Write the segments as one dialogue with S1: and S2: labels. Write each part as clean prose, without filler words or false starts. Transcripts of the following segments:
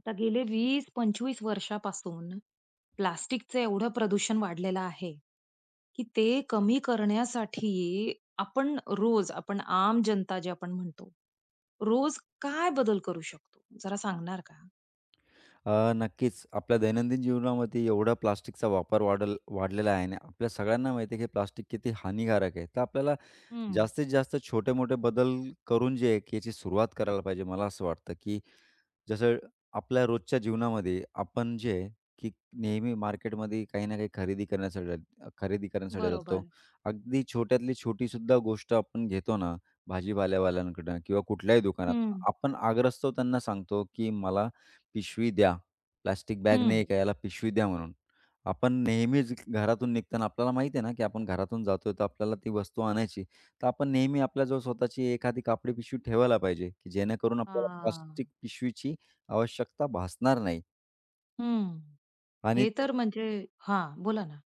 S1: आता गेले 20-25 वर्षापासून प्लास्टिकचं एवढं प्रदूषण वाढलेलं आहे, की ते कमी करण्यासाठी आपण रोज आपण आम जनता जे आपण म्हणतो, रोज काय बदल करू शकतो? जरा सांगणार का?
S2: नक्कीच. आपल्या दैनंदिन जीवनामध्ये एवढा प्लास्टिकचा वापर वाढलेला आहे आणि आपल्या सगळ्यांना माहिती आहे की प्लास्टिक किती हानिकारक आहे. तर आपल्याला
S1: हं.
S2: जास्तीत जास्त छोटे-मोठे बदल करून जे आहे, की याची सुरुवात करायला पाहिजे. मला असं वाटतं, की जसं आपल्या रोजच्या जीवनामध्ये आपण जे आहे, की नेहमी मार्केटमध्ये काही ना काही खरेदी करण्यासाठी खरेदी करण्यासाठी जातो.
S1: बरोबर.
S2: अगदी छोट्यातली छोटीसुद्धा गोष्ट आपण घेतो ना, भाजीपाल्यावाल्यांकडनं किंवा कुठल्याही दुकानात,
S1: हं.
S2: आपण आग्रस्तव त्यांना सांगतो, की मला पिशवी द्या. प्लास्टिक बॅग
S1: हं.
S2: नाही का? याला पिशवी द्या म्हणून. आपण नेहमीच घरातून निघताना आपल्याला माहिती आहे ना, की आपण घरातून जातोय, तर आपल्याला ती वस्तू आणायची. तर आपण नेहमी आपल्या जवळ स्वतःची एखादी कापडी पिशवी ठेवायला पाहिजे, की जेणेकरून आपल्याला
S1: हां.
S2: प्लास्टिक पिशवीची आवश्यकता भासणार नाही
S1: हं.
S2: आणि
S1: हे
S2: ते
S1: तर म्हणजे हां, बोला ना.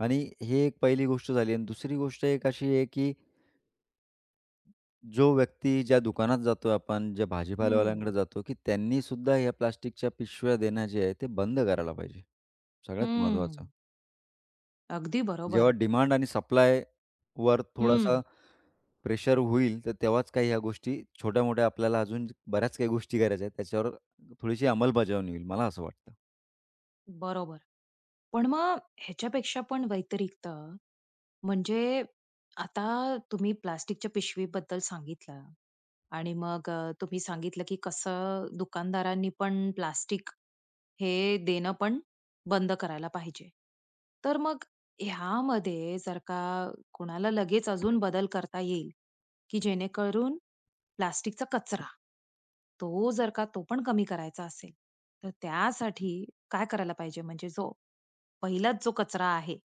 S2: आणि ही एक पहिली गोष्ट झाली आणि दुसरी गोष्ट एक अशी आहे, की जो व्यक्ती ज्या दुकानात जातो आपण, ज्या
S1: हं.
S2: भाजीपालावाल्यांकडे जातो, की त्यांनीसुद्धा या प्लास्टिकच्या पिशव्या देणं जे आहे ते बंद करायला पाहिजे. सगळ्यात महत्त्वाचं.
S1: हं. अगदी
S2: जेव्हा
S1: बरोबर.
S2: डिमांड आणि सप्लायवर हं.
S1: हं,
S2: थोडासा प्रेशर होईल, तर तेव्हाच काही ह्या गोष्टी छोट्या-मोठ्या आपल्याला अजून बऱ्याच काही गोष्टी करायच्या आहेत. त्याच्यावर थोडीशी अंमलबजावणी होईल, मला असं वाटतं.
S1: बरोबर. पण मग ह्याच्यापेक्षा पण व्यतिरिक्त म्हणजे आता तुम्ही प्लास्टिकच्या पिशवीबद्दल सांगितलं आणि मग तुम्ही सांगितलं की कसं दुकानदारांनी पण प्लास्टिक हे देणं पण बंद करायला पाहिजे. तर मग ह्यामध्ये जर का कोणाला लगेच अजून बदल करता येईल, की जेणेकरून प्लास्टिकचा कचरा, तो जर का तो पण कमी करायचा असेल, तर त्यासाठी काय करायला पाहिजे? म्हणजे जो पहिलाच जो कचरा आहे,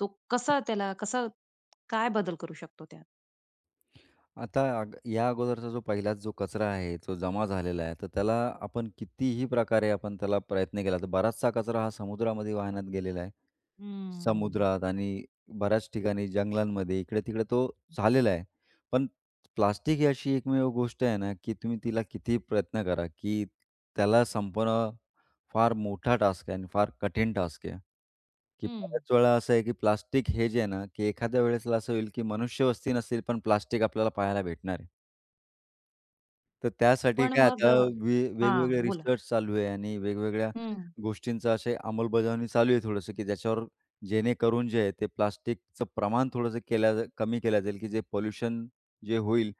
S1: तो कसा त्याला कसा काय बदल करू शकतो त्यात?
S2: आता अग या अगोदरचा जो पहिलाच जो कचरा आहे, जो जमा झालेला आहे, तर त्याला आपण कितीही प्रकारे आपण त्याला प्रयत्न केला, तर बराचसा कचरा हा समुद्रामध्ये वाहण्यात गेलेला आहे.
S1: हम्म.
S2: समुद्रात आणि बऱ्याच ठिकाणी जंगलांमध्ये इकडे-तिकडे तो झालेला आहे. पण प्लास्टिक ही अशी एकमेव गोष्ट आहे ना, की तुम्ही तिला कितीही प्रयत्न करा, की त्याला संपवणं फार मोठा टास्क आहे आणि फार कठीण टास्क आहे. की
S1: हं.
S2: बऱ्याच वेळा असं आहे, की प्लास्टिक हे जे आहे ना, की एखाद्या वेळेसला असं होईल, की मनुष्यवस्ती नसेल, पण प्लास्टिक आपल्याला पाहायला भेटणार आहे. तर त्यासाठी
S1: पण
S2: काय
S1: मग
S2: आता वेगवेगळे
S1: हां, बोला.
S2: रिसर्च चालू आहे आणि वेगवेगळ्या
S1: हं.
S2: गोष्टींचा असे अंमलबजावणी चालू आहे थोडंसं, की ज्याच्यावर जेणेकरून जे आहे ते प्लास्टिकचं प्रमाण थोडंसं केल्या जा कमी केल्या जाईल, की जे पोल्युशन जे होईल,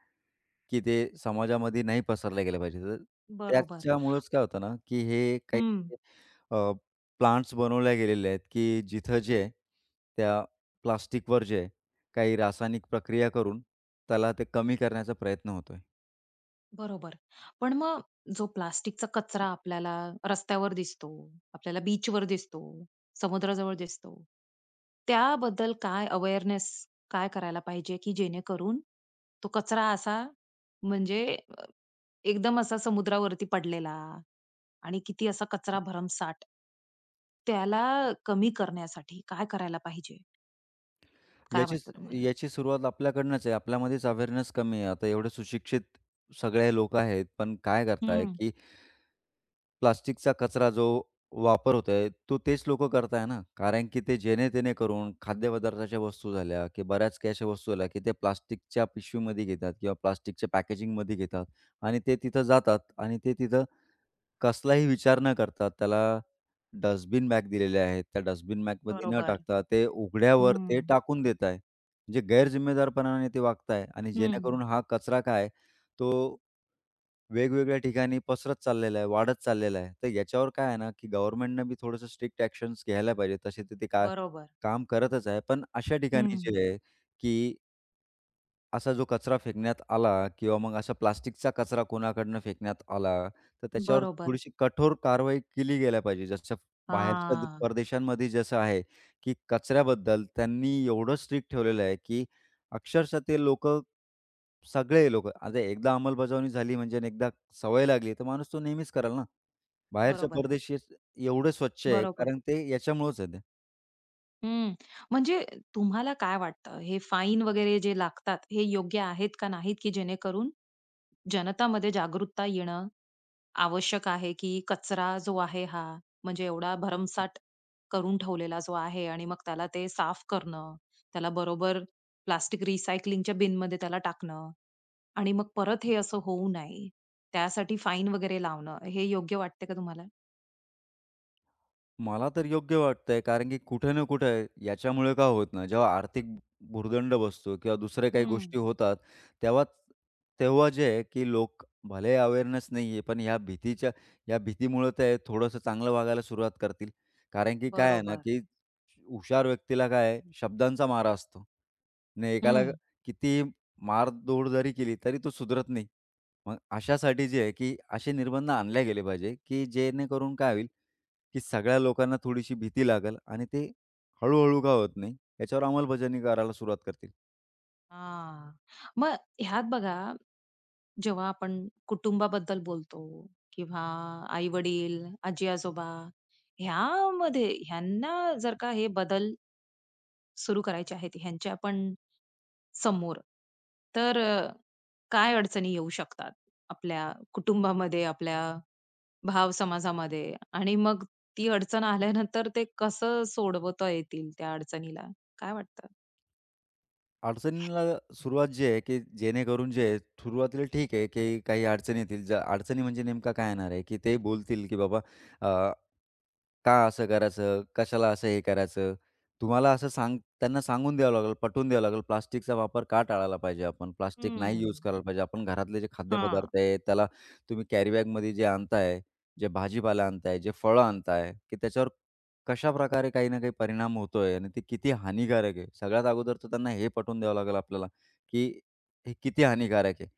S2: की ते समाजामध्ये नाही पसरलं गेलं पाहिजे. तर
S1: बरोबर.
S2: त्याच्यामुळंच काय होतं ना, की हे काही
S1: हं.
S2: प्लांट्स बनवल्या गेलेले आहेत, की जिथं जे आहे त्या प्लास्टिकवर जे आहे काही रासायनिक प्रक्रिया करून त्याला ते कमी करण्याचा प्रयत्न होतोय.
S1: बरोबर. पण मग जो प्लास्टिकचा कचरा आपल्याला रस्त्यावर दिसतो, आपल्याला बीचवर दिसतो, समुद्राजवळ दिसतो. त्याबद्दल काय अवेअरनेस काय करायला पाहिजे, की जेणेकरून तो कचरा असा म्हणजे अ, एकदम असा समुद्रावरती पडलेला आणि किती असा कचरा भरमसाठ. त्याला कमी करण्यासाठी काय करायला पाहिजे? काय
S2: याचीच
S1: वाटतं तुम्हाला?
S2: याची सुरुवात आपल्याकडनंच आहे. आपल्यामध्येच अवेअरनेस कमी आहे. आता एवढे सुशिक्षित सगळे लोक आहेत, पण काय करताय,
S1: हं,
S2: की प्लास्टिकचा कचरा जो वापर होतोय, तो तेच लोक करताय ना. कारण की ते जेणे तेने करून खाद्यपदार्थाच्या वस्तू झाल्या, की बऱ्याच काही अशा वस्तू झाल्या, की ते प्लास्टिकच्या पिशवीमध्ये घेतात किंवा प्लास्टिकच्या पॅकेजिंगमध्ये घेतात आणि ते तिथं जातात आणि ते तिथं कसलाही विचार न करता त्याला डस्टबिन बॅग दिलेल्या आहेत. त्या डस्टबिन बॅगमध्ये न
S1: बरोबर.
S2: टाकता ते उघड्यावर ते
S1: हं,
S2: टाकून देत आहे. म्हणजे गैरजिम्मेदारपणाने ते वागत आणि
S1: हं,
S2: जेणेकरून हा कचरा काय आहे, तो वेगवेगळ्या ठिकाणी पसरत चाललेला आहे, वाढत चाललेला आहे. तर याच्यावर काय आहे ना, की गव्हर्नमेंटनं बी थोडंसं स्ट्रिक्ट ॲक्शन्स घ्यायला पाहिजे. तसे तर ते काय
S1: बरोबर.
S2: काम करतच आहे. पण अशा ठिकाणी
S1: हं,
S2: जे आहे, की असा जो कचरा फेकण्यात आला किंवा मग अशा प्लास्टिकचा कचरा कोणाकडनं फेकण्यात आला, तर त्याच्यावर
S1: बरोबर.
S2: थोडीशी कठोर कारवाई केली गेल्या पाहिजे. जसं बाहेरच्या
S1: हां,
S2: परदेशांमध्ये जसं आहे, की कचऱ्याबद्दल त्यांनी एवढं स्ट्रिक्ट ठेवलेलं आहे, की अक्षरशः ते लोकं सगळे लोकं आता एकदा अंमलबजावणी झाली म्हणजे आणि एकदा सवय लागली, तर माणूस तो नेहमीच करेल ना. बाहेरच्या
S1: बरोबर,
S2: परदेशी एवढे स्वच्छ आहे
S1: बरोबर.
S2: कारण ते याच्यामुळंच आहे.
S1: हं, म्हणजे तुम्हाला काय वाटतं हे फाईन वगैरे जे लागतात, हे योग्य आहेत का नाहीत, की जेणेकरून जनतामध्ये जागरूकता येणं आवश्यक आहे की कचरा जो आहे हा म्हणजे एवढा भरमसाठ करून ठेवलेला जो आहे आणि मग त्याला ते साफ करणं, त्याला बरोबर प्लास्टिक रिसायकलिंगच्या बिनमध्ये त्याला टाकणं आणि मग परत हे असं होऊ नये, त्यासाठी फाईन वगैरे लावणं, हे योग्य वाटते का तुम्हाला?
S2: मला तर योग्य वाटतंय, कारण की कुठे ना कुठे याच्यामुळे काय होत ना, जेव्हा आर्थिक भुर्दंड बसतो किंवा दुसऱ्या काही गोष्टी
S1: हं.
S2: होतात, तेव्हा तेव्हा जे आहे की लोक भले अवेअरनेस नाही आहे, पण ह्या भीतीच्या या भीतीमुळे ते थोडंसं चांगलं वागायला सुरुवात करतील. कारण की काय आहे ना,
S1: बरोबर.
S2: की हुशार व्यक्तीला काय आहे, शब्दांचा मारा असतो. आणि एकाला
S1: हं.
S2: किती मारधूड जरी केली, तरी तो सुधरत नाही. मग अशासाठी जे आहे की असे निर्बंध आणले गेले पाहिजे, की जेणेकरून काय होईल, की सगळ्या लोकांना थोडीशी भीती लागल आणि ते हळू-हळू का होत नाही, याच्यावर अंमलबजावणी करायला सुरुवात करतील.
S1: हां. मग ह्यात बघा, जेव्हा आपण कुटुंबाबद्दल बोलतो किंवा आई-वडील, आजी-आजोबा ह्यामध्ये ह्यांना जर का हे बदल सुरू करायचे आहेत ह्यांच्या पण समोर. तर काय अडचणी येऊ शकतात आपल्या कुटुंबामध्ये, आपल्या भाव समाजामध्ये आणि मग ती अडचण आल्यानंतर ते कसं सोडवता येतील त्या अडचणीला? काय वाटतं?
S2: अडचणीला सुरुवात जी आहे, की जेणेकरून जे आहे, सुरुवातीला ठीक आहे, की काही अडचणी येतील. ज्या अडचणी म्हणजे नेमका काय येणार आहे, की ते बोलतील, की "बाबा अ, का असं करायचं? कशाला असं हे करायचं?" तुम्हाला असं सांग त्यांना सांगून द्यावं लागेल, पटवून द्यावं लागेल. प्लास्टिकचा वापर का टाळायला पाहिजे आपण? प्लास्टिक नाही
S1: हं.
S2: यूज करायला पाहिजे. आपण घरातले जे
S1: हां.
S2: खाद्यपदार्थ आहे, त्याला तुम्ही कॅरीबॅगमध्ये जे आणताय, जे भाजीपाला आणताय, जे फळं आणताय, की त्याच्यावर कशाप्रकारे काही ना काही परिणाम होतोय आणि ते किती हानिकारक आहे. सगळ्यात अगोदर तर त्यांना हे पटवून द्यावं लागेल आपल्याला, की हे किती हानिकारक आहे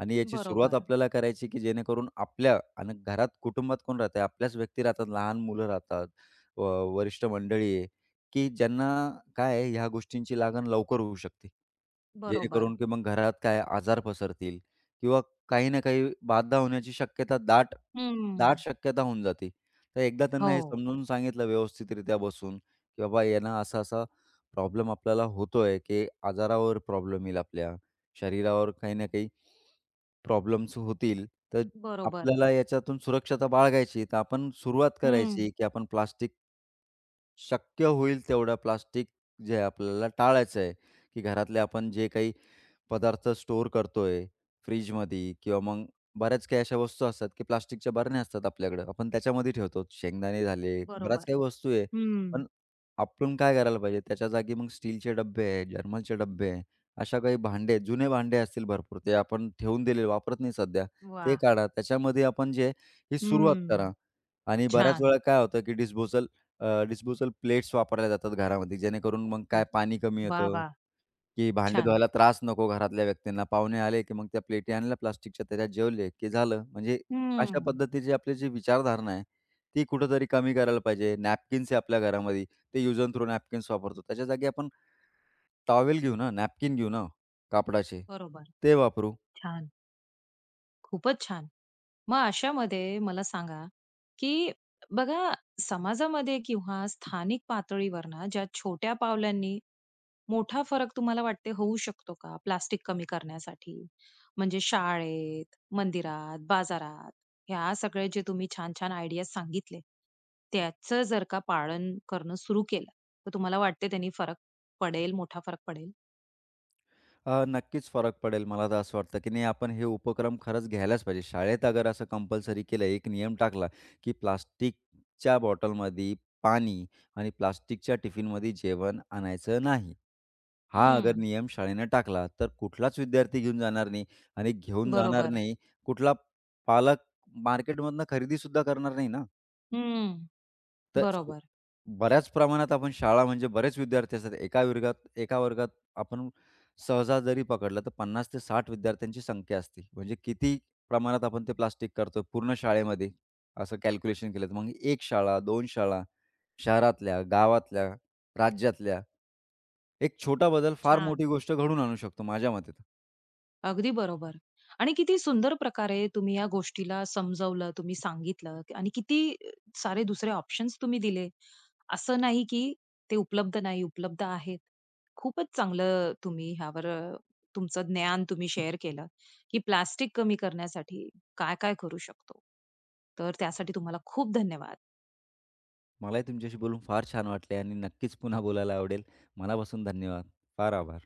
S2: आणि याची सुरुवात
S1: बरोबर,
S2: आपल्याला करायची, की जेणेकरून आपल्या आणि घरात कुटुंबात कोण राहतंय? आपल्याच व्यक्ती राहतात, लहान मुलं राहतात, व वरिष्ठ मंडळी आहे, की ज्यांना काय आहे ह्या गोष्टींची लागण लवकर होऊ शकते.
S1: बरोबर.
S2: जेणेकरून की मग घरात काय आजार पसरतील किंवा काही ना काही बाधा होण्याची शक्यता दाट
S1: हं.
S2: दाट शक्यता होऊन जाते. तर एकदा त्यांना हे
S1: हो.
S2: समजून सांगितलं व्यवस्थितरित्या बसून, की बाबा यांना असा-असा प्रॉब्लेम आपल्याला होतोय, की आजारावर प्रॉब्लेम येईल आपल्या, शरीरावर काही ना काही प्रॉब्लेम्स होतील. तर
S1: बरोबर.
S2: आपल्याला याच्यातून सुरक्षता बाळगायची, तर आपण सुरुवात करायची,
S1: हं.
S2: की आपण प्लास्टिक शक्य होईल तेवढं प्लास्टिक जे आहे आपल्याला टाळायचं आहे, की घरातले आपण जे काही पदार्थ स्टोअर करतोय फ्रिजमध्ये किंवा मग बऱ्याच काही अशा वस्तू असतात, की प्लास्टिकच्या बरण्या असतात आपल्याकडं. आपण त्याच्यामध्ये ठेवतो. शेंगदाणे झाले, बऱ्याच
S1: बरोबर.
S2: काही वस्तू आहे.
S1: हं.
S2: पण आपण काय करायला पाहिजे? त्याच्या जागी मग स्टीलचे डब्बे आहे, जर्मलचे डब्बे आहे, अशा काही भांडे, जुने भांडे असतील भरपूर, ते आपण ठेवून दिलेले, वापरत नाही सध्या. ते
S1: वाह!
S2: काढा. त्याच्यामध्ये आपण जे आहे, ही सुरुवात
S1: हं.
S2: करा. आणि बऱ्याच
S1: छान.
S2: वेळा काय होतं, की डिस्पोजल प्लेट्स वापरल्या जातात घरामध्ये, जेणेकरून मग काय पाणी कमी
S1: वाह,
S2: येतं.
S1: वाह!
S2: की भांडे
S1: छान.
S2: धुवायला त्रास नको घरातल्या व्यक्तींना. पाहुणे आले, की मग त्या प्लेटी आणल्या प्लास्टिकच्या, त्याच्यात जेवले, की झालं. म्हणजे अशा
S1: हं.
S2: पद्धतीची आपली जी विचारधारणा आहे, ती कुठेतरी कमी करायला पाहिजे. नॅपकिन्स आहे आपल्या घरामध्ये, ते यूज अँड थ्रो नॅपकिन्स वापरतो. त्याच्या जागी आपण टॉवेल घेऊ ना, नॅपकिन घेऊ ना कापडाचे,
S1: बरोबर.
S2: ते वापरू.
S1: छान. खूपच छान. मग अशामध्ये मला सांगा, की बघा समाजामध्ये किंवा स्थानिक पातळीवर ना, ज्या छोट्या पावलांनी मोठा फरक तुम्हाला वाटते होऊ शकतो का प्लास्टिक कमी करण्यासाठी? म्हणजे शाळेत, मंदिरात, बाजारात ह्या सगळे जे तुम्ही छान-छान आयडियाज सांगितले, त्याचं जर का पालन करणं सुरू केलं, तर तुम्हाला वाटते त्यांनी फरक पडेल, मोठा फरक पडेल?
S2: नक्कीच फरक पडेल. मला तर असं वाटतं, की नाही आपण हे उपक्रम खरंच घ्यायलाच पाहिजे. शाळेत अगर असं कंपल्सरी केलं, एक नियम टाकला, की प्लास्टिकच्या बॉटलमध्ये पाणी आणि प्लास्टिकच्या टिफिनमध्ये जेवण आणायचं नाही. हा अगर
S1: हं,
S2: नियम शाळेनं टाकला, तर कुठलाच विद्यार्थी घेऊन जाणार नाही आणि घेऊन जाणार
S1: बरोबर.
S2: नाही, कुठला पालक मार्केटमधनं खरेदीसुद्धा करणार नाही ना.
S1: हं,
S2: तर सु
S1: बरोबर.
S2: बऱ्याच प्रमाणात आपण शाळा म्हणजे बरेच विद्यार्थी असतात. एका वर्गात आपण सहसा जरी पकडलं तर 50 ते 60 विद्यार्थ्यांची संख्या असते. म्हणजे किती प्रमाणात आपण ते प्लास्टिक करतो पूर्ण शाळेमध्ये असं कॅल्क्युलेशन केलं तर मग 1 शाळा, 2 शाळा, शहरातल्या, गावातल्या, राज्यातल्या एक छोटा बदल फार मोठी
S1: छान.
S2: गोष्ट घडून आणू शकतो माझ्या मते तर.
S1: अगदी बरोबर. आणि किती सुंदर प्रकारे तुम्ही या गोष्टीला समजावलं, तुम्ही सांगितलं आणि किती सारे दुसरे ऑप्शन्स तुम्ही दिले. असं नाही की ते उपलब्ध नाही, उपलब्ध आहेत. खूपच चांगलं तुम्ही ह्यावर तुमचं ज्ञान तुम्ही शेअर केलं, की प्लास्टिक कमी करण्यासाठी काय-काय करू शकतो. तर त्यासाठी तुम्हाला खूप धन्यवाद.
S2: मलाही तुमच्याशी बोलून फार छान वाटले आणि नक्कीच पुन्हा बोलायला आवडेल. मनापासून धन्यवाद. फार आभार.